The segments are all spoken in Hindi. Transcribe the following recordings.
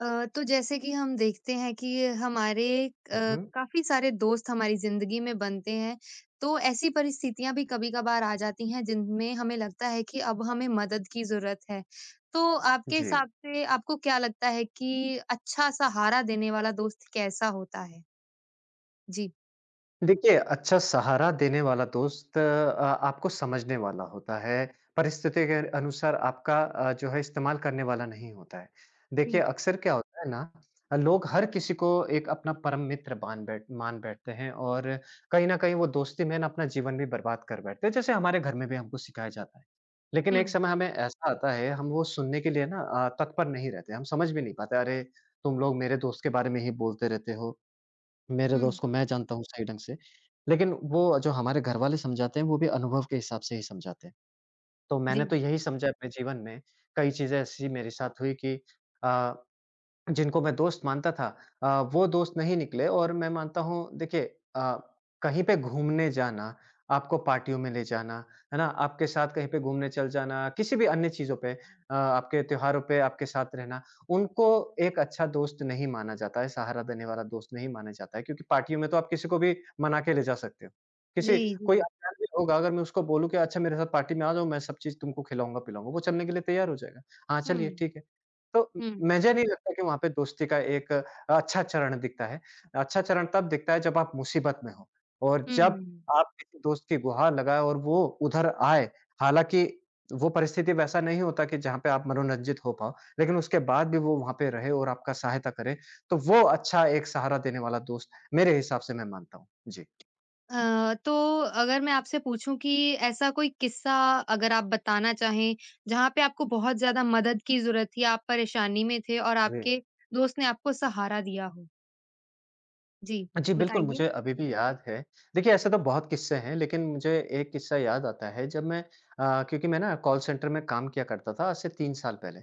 तो जैसे कि हम देखते हैं कि हमारे हुँ, काफी सारे दोस्त हमारी जिंदगी में बनते हैं। तो ऐसी परिस्थितियां भी कभी-कभार आ जाती हैं जिनमें हमें लगता है कि अब हमें मदद की जरूरत है। तो आपके जी। हिसाब से आपको क्या लगता है कि अच्छा सहारा देने वाला दोस्त कैसा होता है? जी। देखिए, अच्छा सहारा देने वाला दोस्त आपको समझने वाला होता है, परिस्थिति के अनुसार आपका जो है इस्तेमाल करने वाला नहीं होता है। देखिए, जी। अक्सर क्या होता है ना लोग हर किसी को एक अपना परम मित्र बान बैठ मान बैठते हैं और कहीं न कहीं वो दोस्ती में ना अपना जीवन भी बर्बाद कर बैठते हैं, जैसे हमारे घर में भी हमको सिखाया जाता है। लेकिन एक हम्म। समय हमें ऐसा आता है, हम वो सुनने के लिए ना तत्पर नहीं रहते, हम समझ भी नहीं पाते, "अरे! तुम लोग मेरे दोस्त के बारे में ही बोलते रहते हो, मेरे हम्म। दोस्त को मैं जानता हूँ सही ढंग से, लेकिन वो जो हमारे घरवाले समझाते हैं, वो भी अनुभव के हिसाब से ही समझाते हैं। तो जी। मैंने तो यही समझा अपने जीवन में, कई चीज़ें ऐसी मेरे साथ हुई कि अ, जिनको मैं दोस्त मानता था वो दोस्त नहीं निकले और मैं मानता हूँ देखिए अ, कहीं पे घूमने जाना, आपको पार्टियों में ले जाना, है ना? आपके साथ कहीं पे घूमने चल जाना, किसी भी अन्य चीज़ों पे आपके त्योहारों पे आपके साथ रहना, उनको एक अच्छा दोस्त नहीं माना जाता है, सहारा देने वाला दोस्त नहीं माना जाता है क्योंकि पार्टियों में तो आप किसी को भी मना के ले जा सकते हो। जी। किसी जी। कोई अनजान भी होगा अगर मैं उसको बोलूँ कि अच्छा मेरे साथ पार्टी में आ जाओ, मैं सब चीज़ तुमको खिलाऊँगा-पिलाऊँगा, वो चलने के लिए तैयार हो जाएगा। हाँ, हम्म। चलिए ठीक है। तो हम्म। मुझे नहीं लगता कि वहाँ पे दोस्ती का एक अच्छा चरण दिखता है। अच्छा चरण तब दिखता है जब आप मुसीबत में हो और जब हम्म। आप किसी दोस्त की गुहार लगाएँ और वो उधर आए, हालाँकि वो परिस्थिति वैसा नहीं होता कि जहाँ पे आप मनोरंजित हो पाओ, लेकिन उसके बाद भी वो वहाँ पे रहे और आपका सहायता करे, तो वो अच्छा एक सहारा देने वाला दोस्त मेरे हिसाब से मैं मानता हूँ। जी। तो अगर मैं आपसे पूछूं कि ऐसा कोई किस्सा, अगर आप बताना चाहें, जहां पे आपको बहुत ज्यादा मदद की जरूरत थी, आप परेशानी में थे, और जी। आपके दोस्त ने आपको सहारा दिया हो। जी। जी, बिल्कुल, बताइए। मुझे अभी भी याद है। देखिए, ऐसे तो बहुत किस्से हैं, लेकिन मुझे एक किस्सा याद आता है, जब मैं क्योंकि मैं ना कॉल सेंटर में काम किया करता था, आज से 3 साल पहले।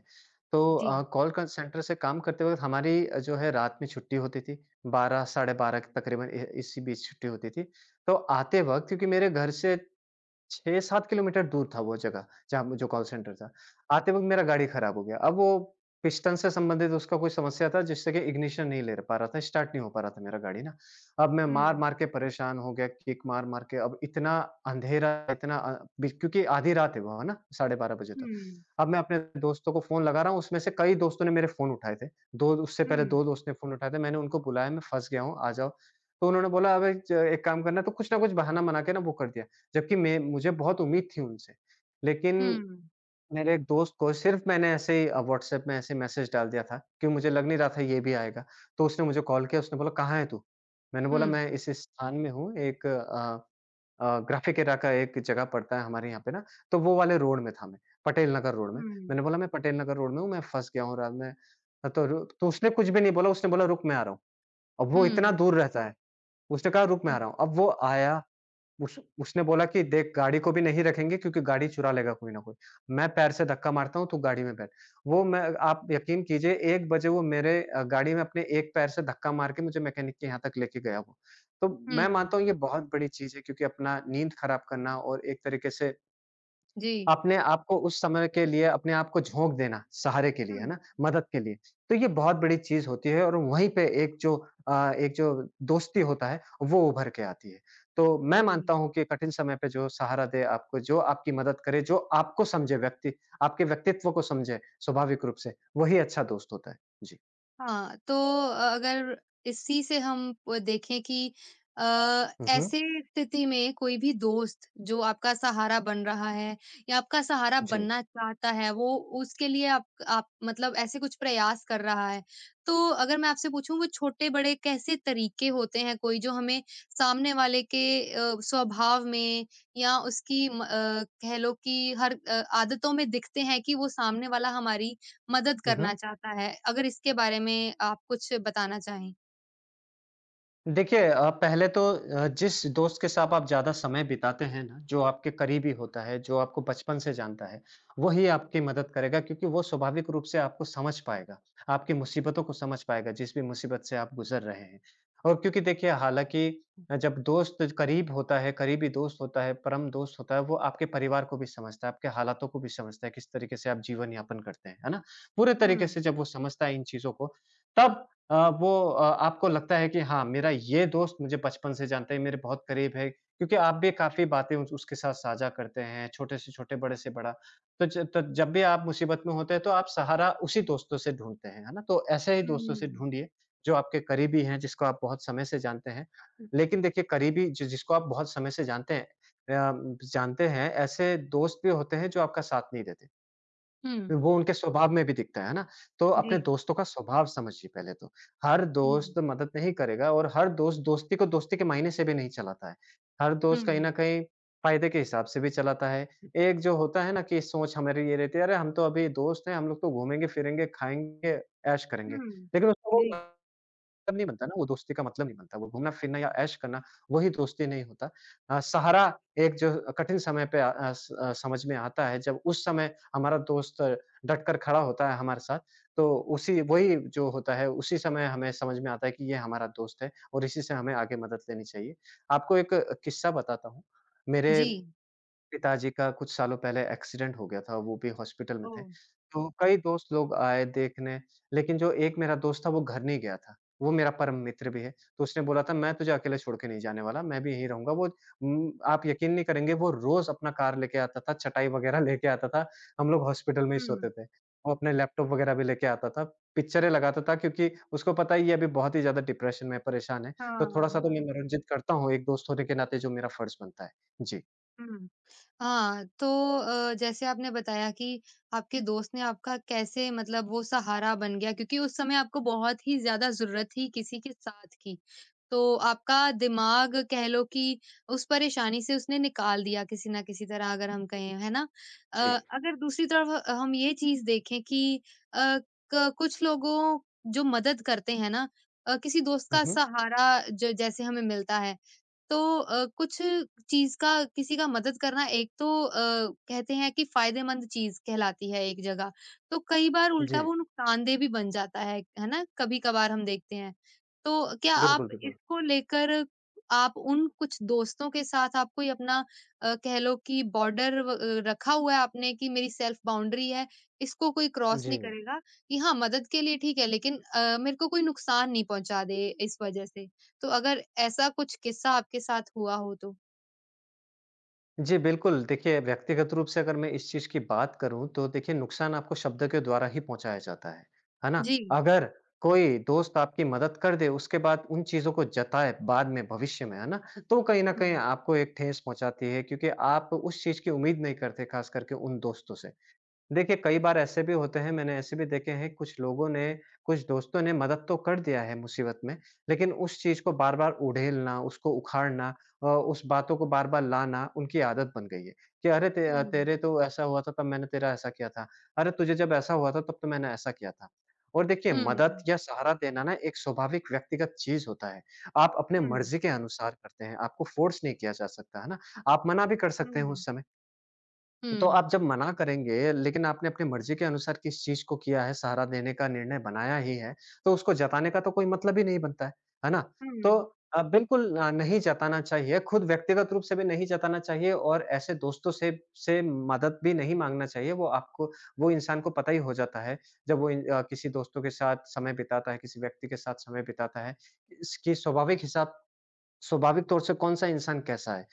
तो जी। कॉल क सेंटर से काम करते वक़्त हमारी जो है रात में छुट्टी होती थी, 12 साढ़े 12 तकरीबन इ इसी बीच छुट्टी होती थी। तो आते वक़्त क्योंकि मेरे घर से 6-7 किलोमीटर दूर था वो जगह, जहाँ म जो कॉल सेंटर था। आते वक़्त मेरा गाड़ी खराब हो गया। अब वो पिस्टन से संबंधित उसका कोई समस्या था जिससे कि इग्निशन नहीं ले र पा रहा था, स्टार्ट नहीं हो पा रहा था मेरा गाड़ी ना। अब मैं हम्म। मार-मार के परेशान हो गया, किक मार-मार के अब इतना अंधेरा, इतना अ, बि क्योंकि आधी रात है वो, है ना? 12:30 बजे तक। हम्म। अब मैं अपने दोस्तों को फ़ोन लगा रहा हूँ, उसमें से कई दोस्तों ने मेरे फ़ोन उठाए थे। 2 उससे पहले हम्म। 2 दोस्त ने फ़ोन उठाए थे, मैंने उनको बुलाया, "मैं फँस गया हूँ, आ जाओ।" तो उन्होंने बोला, "अबे च एक काम करना" तो कुछ ना कुछ बहाना बना के ना वो कर दिया। जबकि मैं मुझे बहुत उम्मीद थी उनसे। लेकिन हम्म। मेरे एक दोस्त को सिर्फ़ मैंने ऐसे ही व्हाट्सएप में ऐसे मैसेज डाल दिया था कि मुझे लग नहीं रहा था ये भी आएगा। तो उसने मुझे कॉल किया, उसने बोला, "कहाँ है तू?" मैंने बोला, हम्म। "मैं इस स्थान में हूँ, एक ग्राफिक एरा का एक जगह पड़ता है हमारे यहाँ पे ना, तो वो वाले रोड में था मैं, पटेल नगर रोड में।" हम्म। मैंने बोला, "मैं पटेल नगर रोड में हूँ, मैं फँस गया हूँ रात में।" हाँ, तो रु तो उसने कुछ भी नहीं बोला, उसने बोला, "रुक, मैं आ रहा हूँ।" अब वो इतना हम्म। दूर रहता है, उसने कहा, "रुक, मैं आ हम्म। रहा हूँ।" अब वो आया उस उसने बोला कि देख गाड़ी को भी नहीं रखेंगे क्योंकि गाड़ी चुरा लेगा कोई ना कोई। मैं पैर से धक्का मारता हूँ, तू गाड़ी में बैठ। वो मैं आप यकीन कीजिए 1 बजे वो मेरे गाड़ी में अपने एक पैर से धक्का मार के मुझे मैकेनिक के यहाँ तक लेके गया वो। तो मैं हम्म। मानता हूँ ये बहुत बड़ी चीज़ है क्योंकि अपना नींद ख़राब करना और एक तरीके से जी। अपने आप को झोंक देना, सहारे के लिए, है हम्म। ना? मदद के लिए। तो ये बहुत बड़ी चीज़ होती है और वहीं पे एक जो दोस्ती होता है, वो उभर के आती है। तो मैं मानता जी। हूँ कि कठिन समय पे जो सहारा दे आपको, जो आपकी मदद करे, जो आपको समझे व्यक्ति, आपके व्यक्तित्व को समझे स्वाभाविक रूप से, वही अच्छा दोस्त होता है। जी। हाँ, तो अगर इसी से हम प देखें कि अ, हुँ, हुँ। ऐसे स्थिति में कोई भी दोस्त जो आपका सहारा बन रहा है या आपका सहारा जी। बनना चाहता है, वो उसके लिए आप मतलब ऐसे कुछ प्रयास कर रहा है। तो अगर मैं आपसे पूछूँ, वो छोटे-बड़े कैसे तरीके होते हैं कोई, जो हमें सामने वाले के स्वभाव में, या उसकी कह लो कि हर आदतों में दिखते हैं कि वो सामने वाला हमारी मदद हुँ, करना हुँ। चाहता है, अगर इसके बारे में आप कुछ बताना चाहें? देखिए पहले तो जिस दोस्त के साथ आप ज़्यादा समय बिताते हैं ना, जो आपके करीबी होता है, जो आपको बचपन से जानता है, वही आपकी मदद करेगा क्योंकि वो स्वाभाविक रूप से आपको समझ पाएगा, आपकी मुसीबतों को समझ पाएगा, जिस भी मुसीबत से आप गुज़र रहे हैं। और क्योंकि देखिए हालाँकि जब दोस्त करीब होता है, करीबी दोस्त होता है, परम दोस्त होता है, वो आपके परिवार को भी समझता है, आपके हालातों को भी समझता है, किस तरीके से आप जीवन यापन करते हैं, है ना? पूरे हुँ, तरीके से जब वो समझता है इन चीज़ों को, तब आपको लगता है कि हाँ, मेरा ये दोस्त मुझे बचपन से जानता है, मेरे बहुत करीब है, क्योंकि आप भी काफ़ी बातें उस उसके साथ साझा करते हैं, छोटे से छोटे, बड़े से बड़ा। तो ज तो जब भी आप मुसीबत में होते हैं, तो आप सहारा उसी दोस्तों से ढूँढते हैं, है ना? तो ऐसे ही दोस्तों से हुँ। ढूँढिए, जो आपके करीबी हैं, जिसको आप बहुत समय से जानते हैं। लेकिन देखिए, करीबी जि जिसको आप बहुत समय से जानते हैं जानते हैं, ऐसे दोस्त भी होते हैं, जो आपका साथ नहीं देते। हुँ। वो उनके स्वभाव में भी दिखता है ना? तो जी, अपने दोस्तों का स्वभाव समझिए पहले तो। हर हुँ, दोस्त मदद नहीं करेगा और हर दोस्त दोस्ती को दोस्ती के मायने से भी नहीं चलाता है। हर हुँ। दोस्त कहीं न कहीं फ़ायदे के हिसाब से भी चलाता है। एक जो होता है ना कि सोच हमारी ये रहती है, "अरे! हम तो अभी दोस्त हैं, हम लोग तो घूमेंगे, फिरेंगे, खाएँगे, ऐश करेंगे।" हुँ, लेकिन उसको वो जी। मतलब नहीं बनता ना, वो दोस्ती का मतलब नहीं बनता। वो घूमना-फिरना या ऐश करना, वही दोस्ती नहीं होता। सहारा एक जो कठिन समय पे समझ में आता है, जब उस समय हमारा दोस्त डट कर खड़ा होता है हमारे साथ, तो उसी वही जो होता है, उसी समय हमें समझ में आता है कि ये हमारा दोस्त है और इसी से हमें आगे मदद लेनी चाहिए। आपको एक किस्सा बताता हूँ। मेरे जी। पिताजी का कुछ सालों पहले एक्सीडेंट हो गया था, वो भी हॉस्पिटल में थे। ओह! तो कई दोस्त लोग आए देखने, लेकिन जो एक मेरा दोस्त था वो घर नहीं गया था। वो मेरा परम मित्र भी है, तो उसने बोला था मैं तुझे अकेले छोड़ के नहीं जाने वाला, मैं भी यहीं रहूँगा। वो आप यकीन नहीं करेंगे वो रोज़ अपना कार लेके आता था, चटाई वगैरह लेके आता था, हम लोग हॉस्पिटल में ही हुँ, सोते थे। वो अपने लैपटॉप वगैरह भी लेके आता था, पिक्चरें लगाता था क्योंकि उसको पता ही है ये अभी बहुत ही ज़्यादा डिप्रेशन में परेशान है, तो हाँ, थोड़ा-सा तो मैं हाँ, मनोरंजित करता हूँ एक दोस्त होने के नाते जो मेरा फर्ज़ बनता है। जी। हुँ। हाँ, तो जैसे आपने बताया कि आपके दोस्त ने आपका, कैसे मतलब, वो सहारा बन गया क्योंकि उस समय आपको बहुत ही ज़्यादा ज़रूरत थी किसी के साथ की। तो आपका दिमाग, कह लो कि, उस परेशानी से उसने निकाल दिया किसी न किसी तरह, अगर हम कहें, है ना? जी। अगर दूसरी तरफ हम ये चीज़ देखें कि अ, क कुछ लोगों जो मदद करते हैं ना, किसी दोस्त हुँ, का हुँ। सहारा ज जैसे हमें मिलता है, तो कुछ चीज़ का, किसी का मदद करना, एक तो कहते हैं कि फ़ायदेमंद चीज़ कहलाती है एक जगह, तो कई बार उल्टा जी, वो नुकसानदेह भी बन जाता है ना? कभी-कभार हम देखते हैं। तो क्या आप बिल्कुल। इसको लेकर, आप उन कुछ दोस्तों के साथ, आप कोई अपना, कह लो कि, बॉर्डर रखा हुआ है आपने कि मेरी सेल्फ़ बाउंड्री है, इसको कोई क्रॉस नहीं जी। करेगा, कि हाँ, मदद के लिए ठीक है, लेकिन मेरे को कोई नुकसान नहीं पहुँचा दे इस वज़ह से? तो अगर ऐसा कुछ किस्सा आपके साथ हुआ हो तो? जी, बिल्कुल, देखिए व्यक्तिगत रूप से अगर मैं इस चीज़ की बात करूँ तो देखिए नुकसान आपको शब्द के द्वारा ही पहुँचाया जाता है ना? जी। अगर कोई दोस्त आपकी मदद कर दे उसके बाद उन चीज़ों को जताए बाद में भविष्य में, है ना? तो कहीं न कहीं हुँ, आपको एक ठेस पहुँचाती है क्योंकि आप उस चीज़ की उम्मीद नहीं करते ख़ास करके उन दोस्तों से। देखिए, कई बार ऐसे भी होते हैं, मैंने ऐसे भी देखे हैं, कुछ लोगों ने, कुछ दोस्तों ने मदद तो कर दिया है मुसीबत में, लेकिन उस चीज़ को बार-बार उड़ेलना, उसको उखाड़ना उस बातों को बार-बार लाना, उनकी आदत बन गई है कि अरे! हुँ, तेरे तो ऐसा हुआ था, तब मैंने तेरा ऐसा किया था। अरे! तुझे जब ऐसा हुआ था, तब तो मैंने ऐसा किया था। और देखिए, हुँ, मदद हुँ, या सहारा देना ना एक स्वाभाविक व्यक्तिगत चीज़ होता है। आप अपने मर्ज़ी के अनुसार करते हैं, आपको फ़ोर्स नहीं किया जा सकता, है ना? आप मना भी कर सकते हैं हुँ, उस समय। तो हुँ। आप जब मना करेंगे, लेकिन आपने अपनी मर्ज़ी के अनुसार किस चीज़ को किया है, सहारा देने का निर्णय बनाया ही है, तो उसको जताने का तो कोई मतलब ही नहीं बनता है ना? तो हुँ, बिल्कुल नहीं जताना चाहिए, खुद व्यक्तिगत रूप से भी नहीं जताना चाहिए और ऐसे दोस्तों से मदद भी नहीं माँगना चाहिए, वो आपको वो इंसान को पता ही हो जाता है, जब वो किसी दोस्तों के साथ समय बिताता है, किसी व्यक्ति के साथ समय बिताता है, इसकी स्वाभाविक हिसाब स्वाभाविक तौर से कौन-सा इंसान कैसा है।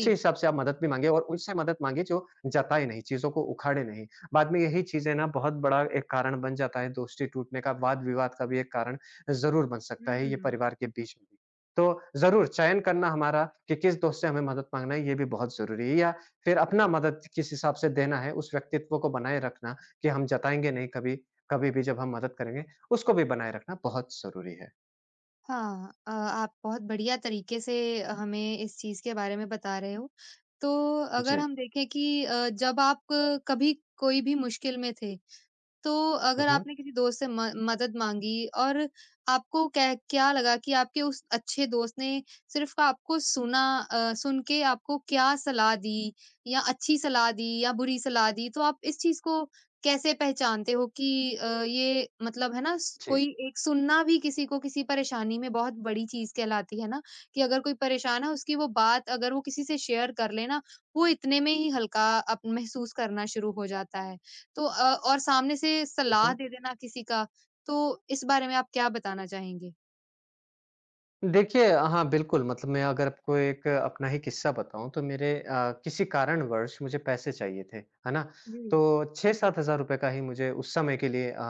उसी हिसाब से आप मदद भी माँगे और उनसे मदद माँगे जो जताए नहीं, चीज़ों को उखाड़े नहीं। बाद में यही चीज़ें ना बहुत बड़ा एक कारण बन जाता है दोस्ती टूटने का, वाद-विवाद का भी एक कारण ज़रूर बन सकता है ये हुँ। परिवार के बीच में भी। तो ज़रूर चयन करना हमारा कि किस दोस्त से हमें मदद माँगना है ये भी बहुत ज़रूरी है या फिर अपना मदद किस हिसाब से देना है उस व्यक्तित्व को बनाए रखना कि हम जताएँगे नहीं कभी, कभी भी जब हम मदद करेंगे उसको भी बनाए रखना बहुत ज़रूरी है। हाँ, आप बहुत बढ़िया तरीके से हमें इस चीज़ के बारे में बता रहे हो। तो अगर जी। हम देखें कि जब आप कभी कोई भी मुश्किल में थे, तो हुँ, अगर हुँ। आपने किसी दोस्त से म मदद माँगी, और आपको कै क्या लगा कि आपके उस अच्छे दोस्त ने सिर्फ़ आपको सुना, सुन के आपको क्या सलाह दी, या अच्छी सलाह दी या बुरी सलाह दी? तो आप इस चीज़ को कैसे पहचानते हो कि ये मतलब, है ना, स जी। कोई, एक सुनना भी किसी को किसी परेशानी में बहुत बड़ी चीज़ कहलाती है ना, कि अगर कोई परेशान है, उसकी वो बात अगर वो किसी से शेयर कर ले ना, वो इतने में ही हल्का अप महसूस करना शुरू हो जाता है। तो और सामने से हुँ, सलाह हुँ। दे देना किसी का, तो इस बारे में आप क्या बताना चाहेंगे? देखिए, हाँ, बिल्कुल मतलब मैं अगर आपको एक अपना ही किस्सा बताऊँ तो मेरे किसी कारणवश मुझे पैसे चाहिए थे, है ना? जी। तो 6-7 हज़ार रुपए का ही मुझे उस समय के लिए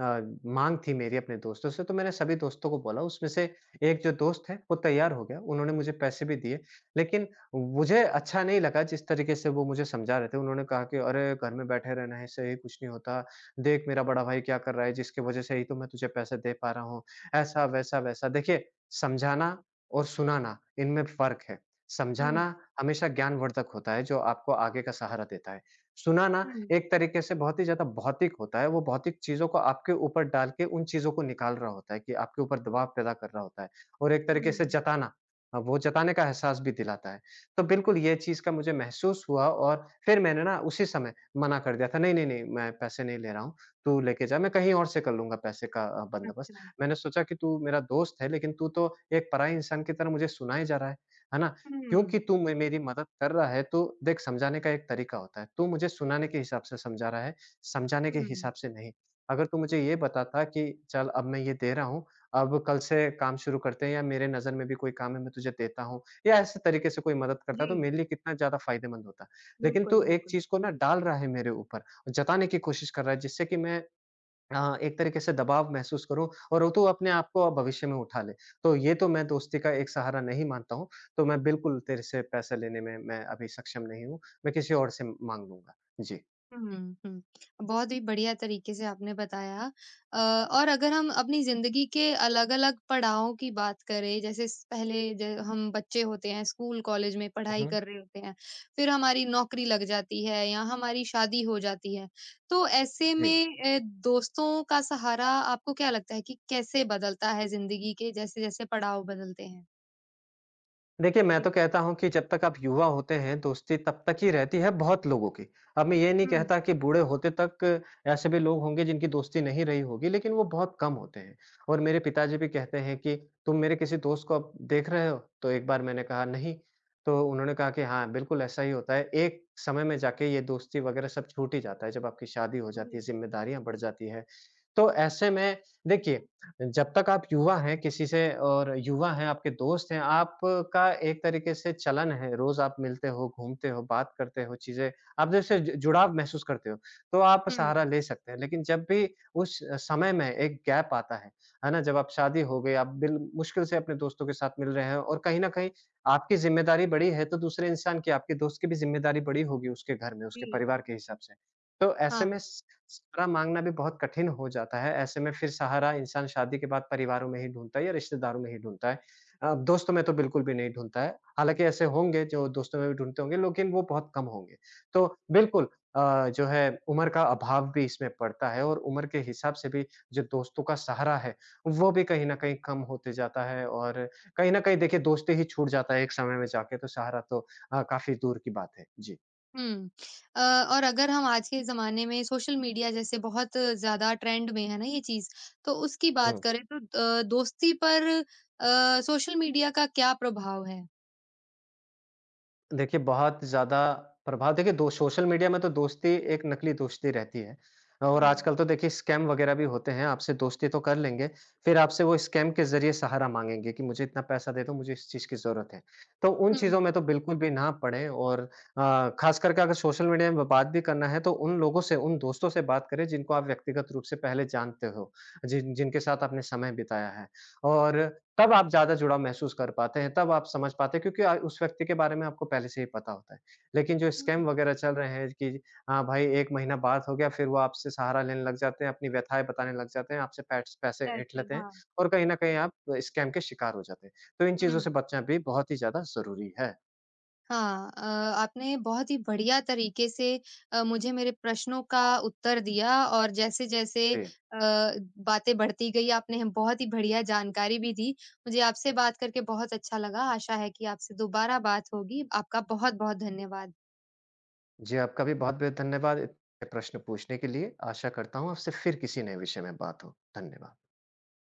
अ, माँग थी मेरी अपने दोस्तों से, तो मैंने सभी दोस्तों को बोला, उसमें से एक जो दोस्त है वो तैयार हो गया, उन्होंने मुझे पैसे भी दिए। लेकिन मुझे अच्छा नहीं लगा जिस तरीके से वो मुझे समझा रहे थे, उन्होंने कहा कि, "अरे! घर में बैठे रहना है, इससे ही कुछ नहीं होता। देख मेरा बड़ा भाई क्या कर रहा है, जिसकी वज़ह से ही तो मैं तुझे पैसे दे पा रहा हूँ।" ऐसा, वैसा, वैसा। देखिए समझाना और सुनाना, इनमें फ़र्क है। हुँ, समझाना हमेशा ज्ञानवर्धक होता है, जो आपको आगे का सहारा देता है। सुनाना हुँ, एक तरीके से बहुत ही ज़्यादा भौतिक होता है, वो भौतिक चीज़ों को आपके ऊपर डाल के उन चीज़ों को निकाल रहा होता है कि आपके ऊपर दबाव पैदा कर रहा होता है और एक तरीके से हुँ। जताना वो जताने का एहसास भी दिलाता है। तो बिल्कुल ये चीज़ का मुझे महसूस हुआ और फिर मैंने ना उसी समय मना कर दिया था, "नहीं, नहीं, नहीं, मैं पैसे नहीं ले रहा हूँ, तू लेके जा, मैं कहीं और से कर लूँगा पैसे का बंदोबस्त।" अच्छा। मैंने सोचा कि तू मेरा दोस्त है, लेकिन तू तो एक पराये इंसान की तरह मुझे सुनाए जा रहा है ना? हुँ, क्योंकि तू मे मेरी मदद कर रहा है, तो देख समझाने का एक तरीका होता है। तू मुझे सुनाने के हिसाब से समझा रहा है, समझाने के हुँ। हिसाब से नहीं। अगर तू मुझे ये बताता कि चल अब मैं ये दे रहा हूँ, अब कल से काम शुरू करते हैं या मेरे नज़र में भी कोई काम है मैं तुझे देता हूँ या ऐसे तरीके से कोई मदद करता तो जी, मेरे लिए कितना ज़्यादा फ़ायदेमंद होता। लेकिन बिल्कुल, तू एक बिल्कुल। चीज़ को ना डाल रहा है मेरे ऊपर, और जताने की कोशिश कर रहा है जिससे कि मैं हाँ, एक तरीके से दबाव महसूस करो और वो तो अपने आप को भविष्य में उठा ले। तो ये तो मैं दोस्ती का एक सहारा नहीं मानता हूँ, तो मैं बिल्कुल तेरे से पैसे लेने में मैं अभी सक्षम नहीं हूँ। मैं किसी और से माँग लूँगा। जी। हुँ, हुँ। बहुत ही बढ़िया तरीके से आपने बताया अ, और अगर हम अपनी ज़िंदगी के अलग-अलग पड़ावों की बात करें, जैसे स पहले ज हम बच्चे होते हैं, स्कूल, कॉलेज में हुँ, पढ़ाई हुँ। कर रहे होते हैं, फिर हमारी नौकरी लग जाती है या हमारी शादी हो जाती है। तो ऐसे जी। में दोस्तों का सहारा, आपको क्या लगता है कि कैसे बदलता है ज़िंदगी के जैसे-जैसे पड़ाव बदलते हैं? देखिए, मैं जी। तो कहता हूँ कि जब तक आप युवा होते हैं, दोस्ती तब तक ही रहती है बहुत लोगों की। अब मैं ये नहीं हुँ, कहता कि बूढ़े होते तक ऐसे भी लोग होंगे जिनकी दोस्ती नहीं रही होगी, लेकिन वो बहुत कम होते हैं। और मेरे पिताजी भी कहते हैं कि, "तुम मेरे किसी दोस्त को अब देख रहे हो?" तो एक बार मैंने कहा, "नहीं।" तो उन्होंने कहा कि, "हाँ, बिल्कुल ऐसा ही होता है। एक समय में जाके ये दोस्ती वगैरह सब छूट ही जाता है, जब आपकी शादी हो हुँ। जाती है, ज़िम्मेदारियाँ बढ़ जाती हैं।" तो ऐसे में देखिए जब तक आप युवा हैं किसी से और युवा हैं, आपके दोस्त हैं, आपका एक तरीके से चलन है, रोज़ आप मिलते हो, घूमते हो, बात करते हो, चीज़ें आप जैसे जु जुड़ाव महसूस करते हो, तो आप हुँ। सहारा ले सकते हैं। लेकिन जब भी उस समय में एक गैप आता है ना? जब आप शादी हो गई, आप बिल मुश्किल से अपने दोस्तों के साथ मिल रहे हैं और कहीं न कहीं आपकी ज़िम्मेदारी बड़ी है, तो दूसरे इंसान की, आपके दोस्त की भी ज़िम्मेदारी बड़ी होगी उसके घर में, उसके जी। परिवार के हिसाब से। तो ऐसे में हाँ। स सहारा माँगना भी बहुत कठिन हो जाता है, ऐसे में फिर सहारा इंसान शादी के बाद परिवारों में ही ढूँढता है या रिश्तेदारों में ही ढूँढता है। दोस्तों में तो बिल्कुल भी नहीं ढूँढता है, हालाँकि ऐसे होंगे जो दोस्तों में भी ढूँढते होंगे लेकिन वो बहुत कम होंगे। तो बिल्कुल जो है उम्र का अभाव भी इसमें पड़ता है और उम्र के हिसाब से भी जो दोस्तों का सहारा है, वो भी कहीं न कहीं कम होते जाता है और कहीं न कहीं देखिए दोस्ती ही छूट जाता है एक समय में जाके तो सहारा तो काफ़ी दूर की बात है। जी। हुँ। अ, और अगर हम आज के ज़माने में सोशल मीडिया, जैसे बहुत ज़्यादा ट्रेंड में है ना ये चीज़, तो उसकी बात हुँ। करें, तो दोस्ती पर सोशल मीडिया का क्या प्रभाव है? देखिए, बहुत ज़्यादा प्रभाव देखिए दो सोशल मीडिया में तो दोस्ती एक नकली दोस्ती रहती है और हुँ। आजकल तो देखिए स्कैम वग़ैरह भी होते हैं, आपसे दोस्ती तो कर लेंगे, फिर आपसे वो स्कैम के ज़रिए सहारा माँगेंगे कि मुझे इतना पैसा दे दो, मुझे इस चीज़ की ज़रूरत है। तो उन हुँ, चीज़ों में हुँ। तो बिल्कुल भी ना पड़ें और ख़ास करके अगर सोशल मीडिया में बात भी करना है, तो उन लोगों से, उन दोस्तों से बात करें जिनको आप व्यक्तिगत रूप से पहले जानते हो, जिनके साथ आपने समय बिताया है। और तब आप ज़्यादा जुड़ाव महसूस कर पाते हैं, तब आप समझ पाते हैं क्योंकि उस व्यक्ति के बारे में आपको पहले से ही पता होता है। लेकिन जो स्कैम वगैरह चल रहे हैं कि हाँ, भाई 1 महीना बात हो गया फिर वो आपसे सहारा लेने लग जाते हैं, अपनी व्यथाएँ बताने लग जाते हैं, आपसे पैट्स पैसे ऐंठ ऐसे, लेते हैं हाँ। और कहीं न कहीं आप स्कैम के शिकार हो जाते हैं। तो इन हुँ। चीज़ों से बचना भी बहुत ही ज़्यादा ज़रूरी है। हाँ, आपने बहुत ही बढ़िया तरीके से मुझे मेरे प्रश्नों का उत्तर दिया, और जैसे-जैसे जी। बातें बढ़ती गई, आपने बहुत ही बढ़िया जानकारी भी दी। मुझे आपसे बात करके बहुत अच्छा लगा। आशा है कि आपसे दोबारा बात होगी। आपका बहुत-बहुत धन्यवाद। जी, आपका भी बहुत-बहुत धन्यवाद इतने प्रश्न पूछने के लिए। आशा करता हूँ आपसे फिर किसी नए विषय में बात हो। धन्यवाद।